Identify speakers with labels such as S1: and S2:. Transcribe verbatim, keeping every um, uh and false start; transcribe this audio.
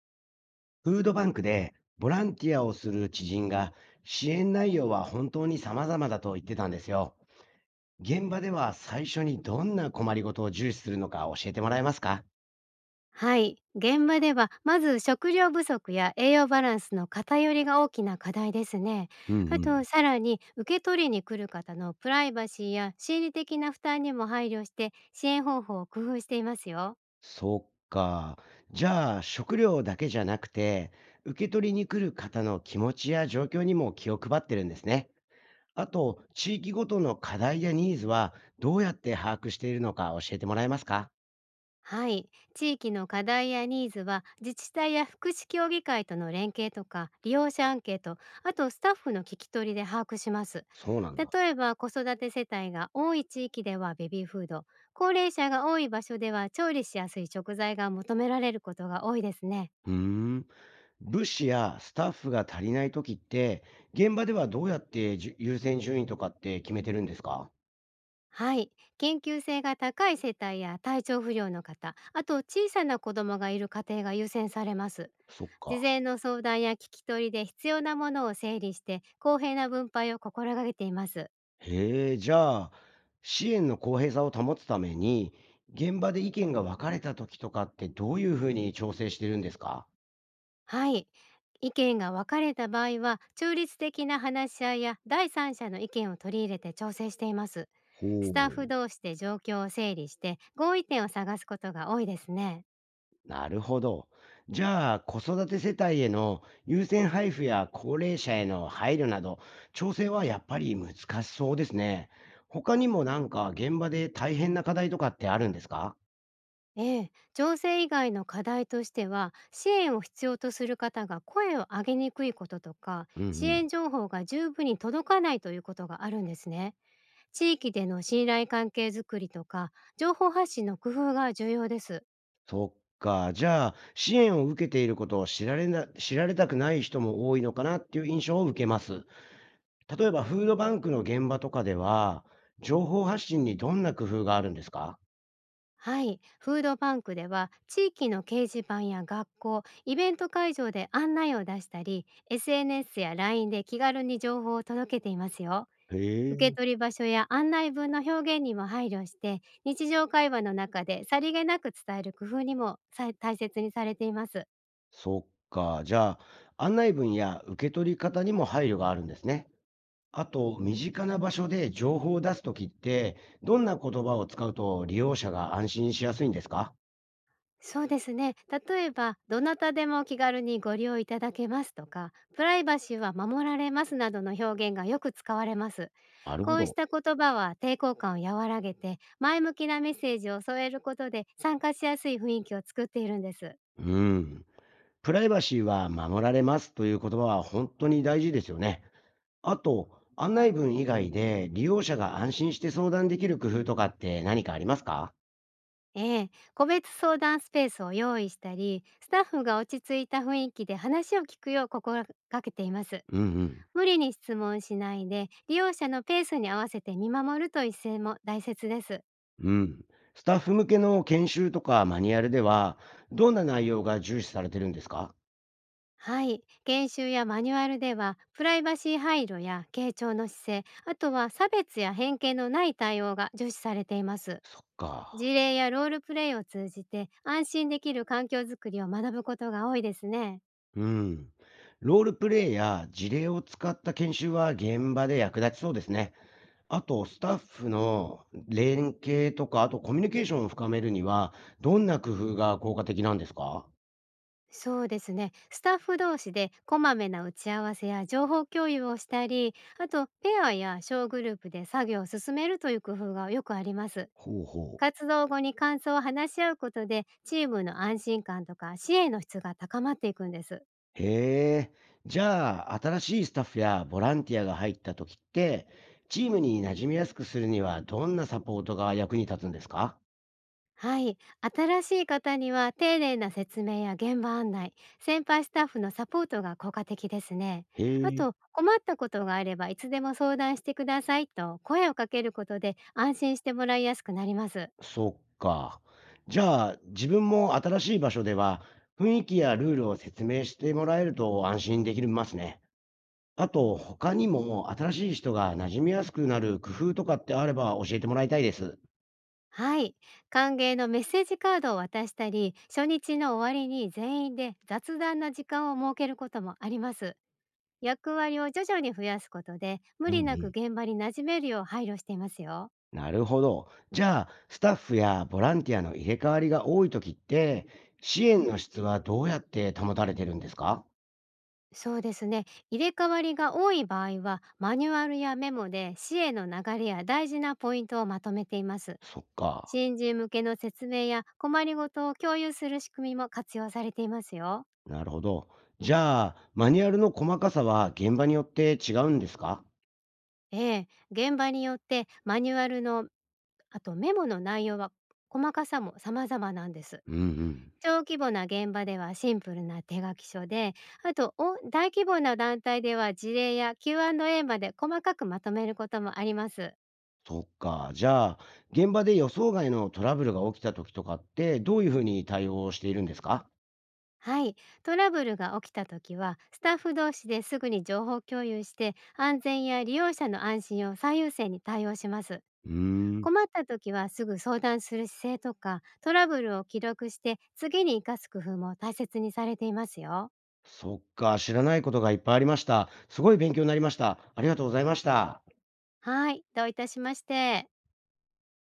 S1: フードバンクでボランティアをする知人が支援内容は本当に様々だと言ってたんですよ。現場では最初にどんな困りごとを重視するのか教えてもらえますか？
S2: はい。現場では、まず食料不足や栄養バランスの偏りが大きな課題ですね。
S1: うんう
S2: あと、
S1: ん。
S2: さらに、受け取りに来る方のプライバシーや心理的な負担にも配慮して、支援方法を工夫していますよ。
S1: そっか。じゃあ食料だけじゃなくて、受け取りに来る方の気持ちや状況にも気を配ってるんですね。あと、地域ごとの課題やニーズはどうやって把握しているのか教えてもらえますか？
S2: はい、地域の課題やニーズは自治体や福祉協議会との連携とか利用者アンケート、あとスタッフの聞き取りで把握します。
S1: そうなんだ。
S2: 例えば、子育て世帯が多い地域ではベビーフード、高齢者が多い場所では調理しやすい食材が求められることが多いですね。
S1: うーん。物資やスタッフが足りないときって、現場ではどうやってじゅ優先順位とかって決めてるんですか？
S2: はい、研究性が高い世帯や体調不良の方、あと小さな子供がいる家庭が優先されます。
S1: そっ
S2: 事
S1: か。
S2: 前の相談や聞き取りで必要なものを整理して、公平な分配を心がけています。
S1: へえ、じゃあ、支援の公平さを保つために、現場で意見が分かれたときとかってどういうふうに調整してるんですか？
S2: はい、意見が分かれた場合は中立的な話し合いや第三者の意見を取り入れて調整しています。ス
S1: ほ
S2: タッフ
S1: う。
S2: 同士で状況を整理して合意点を探すことが多いですね。
S1: なるほど。じゃあ、子育て世帯への優先配布や高齢者への配慮など、調整はやっぱり難しそうですね。他にもなんか現場で大変な課題とかってあるんですか？
S2: ええ、情勢以外の課題としては、支援を必要とする方が声を上げにくいこととか、
S1: うん
S2: 支
S1: うん。
S2: 援情報が十分に届かないということがあるんですね。地域での信頼関係づくりとか、情報発信の工夫が重要です。
S1: そっか。じゃあ、支援を受けていることを知られな知られたくない人も多いのかなっていう印象を受けます。例えば、フードバンクの現場とかでは、情報発信にどんな工夫があるんですか？
S2: はい、フードバンクでは地域の掲示板や学校、イベント会場で案内を出したり、エスエヌエス や ライン で気軽に情報を届けていますよ。
S1: へ
S2: 受け
S1: え。
S2: 取り場所や案内文の表現にも配慮して、日常会話の中でさりげなく伝える工夫にもさ大切にされています。
S1: そっか。じゃあ、案内文や受け取り方にも配慮があるんですね。あと、身近な場所で情報を出すときって、どんな言葉を使うと利用者が安心しやすいんですか？
S2: そうですね。例えば、どなたでも気軽にご利用いただけますとか、プライバシーは守られますなどの表現がよく使われます。
S1: なる
S2: こ
S1: ほ
S2: うし
S1: ど。
S2: た言葉は抵抗感を和らげて、前向きなメッセージを添えることで参加しやすい雰囲気を作っているんです。
S1: うん。プライバシーは守られますという言葉は本当に大事ですよね。あと、案内文以外で利用者が安心して相談できる工夫とかって何かありますか？
S2: ええ、個別相談スペースを用意したり、スタッフが落ち着いた雰囲気で話を聞くよう心がけています。
S1: うん
S2: 無理に質問しないで、利用者のペースに合わせて見守るという姿勢も大切です。
S1: うん。うん。スタッフ向けの研修とかマニュアルでは、どんな内容が重視されてるんですか？
S2: はい。研修やマニュアルでは、プライバシー配慮や傾聴の姿勢、あとは差別や偏見のない対応が重視されています。
S1: そっか。
S2: 事例やロールプレイを通じて、安心できる環境づくりを学ぶことが多いですね。
S1: うん。ロールプレイや事例を使った研修は現場で役立ちそうですね。あと、スタッフの連携とか、あとコミュニケーションを深めるには、どんな工夫が効果的なんですか？
S2: そうですね。スタッフ同士でこまめな打ち合わせや情報共有をしたり、あとペアや小グループで作業を進めるという工夫がよくあります。
S1: ほうほう。
S2: 活動後に感想を話し合うことで、チームの安心感とか支援の質が高まっていくんです。
S1: へえ。じゃあ、新しいスタッフやボランティアが入った時って、チームに馴染みやすくするにはどんなサポートが役に立つんですか？
S2: はい。新しい方には丁寧な説明や現場案内、先輩スタッフのサポートが効果的ですね。
S1: へ
S2: あ
S1: え。
S2: と、困ったことがあればいつでも相談してくださいと声をかけることで、安心してもらいやすくなります。
S1: そっか。じゃあ、自分も新しい場所では、雰囲気やルールを説明してもらえると安心できるますね。あと、他にも新しい人が馴染みやすくなる工夫とかってあれば教えてもらいたいです。
S2: はい。歓迎のメッセージカードを渡したり、初日の終わりに全員で雑談な時間を設けることもあります。役割を徐々に増やすことで、無
S1: うんう
S2: 理なく
S1: ん。
S2: 現場に馴染めるよう配慮していますよ。
S1: なるほど。じゃあ、スタッフやボランティアの入れ替わりが多いときって、支援の質はどうやって保たれてるんですか？
S2: そうですね。入れ替わりが多い場合は、マニュアルやメモで市への流れや大事なポイントをまとめています。
S1: そっか。
S2: 新人向けの説明や困りごとを共有する仕組みも活用されていますよ。
S1: なるほど。じゃあ、マニュアルの細かさは現場によって違うんですか？
S2: ええ、現場によってマニュアルの、あとメモの内容は細かさも様々なんです。
S1: うんうん。
S2: 小規模な現場ではシンプルな手書き書で、あとお大規模な団体では事例や キューアンドエー まで細かくまとめることもあります。
S1: そっか。じゃあ、現場で予想外のトラブルが起きたときとかって、どういうふうに対応しているんですか？
S2: はい。トラブルが起きたときは、スタッフ同士ですぐに情報共有して、安全や利用者の安心を最優先に対応します。
S1: うーん。
S2: 困ったときはすぐ相談する姿勢とか、トラブルを記録して次に生かす工夫も大切にされていますよ。
S1: そっか、知らないことがいっぱいありました。すごい勉強になりました。ありがとうございました。
S2: はい。どういたしまして。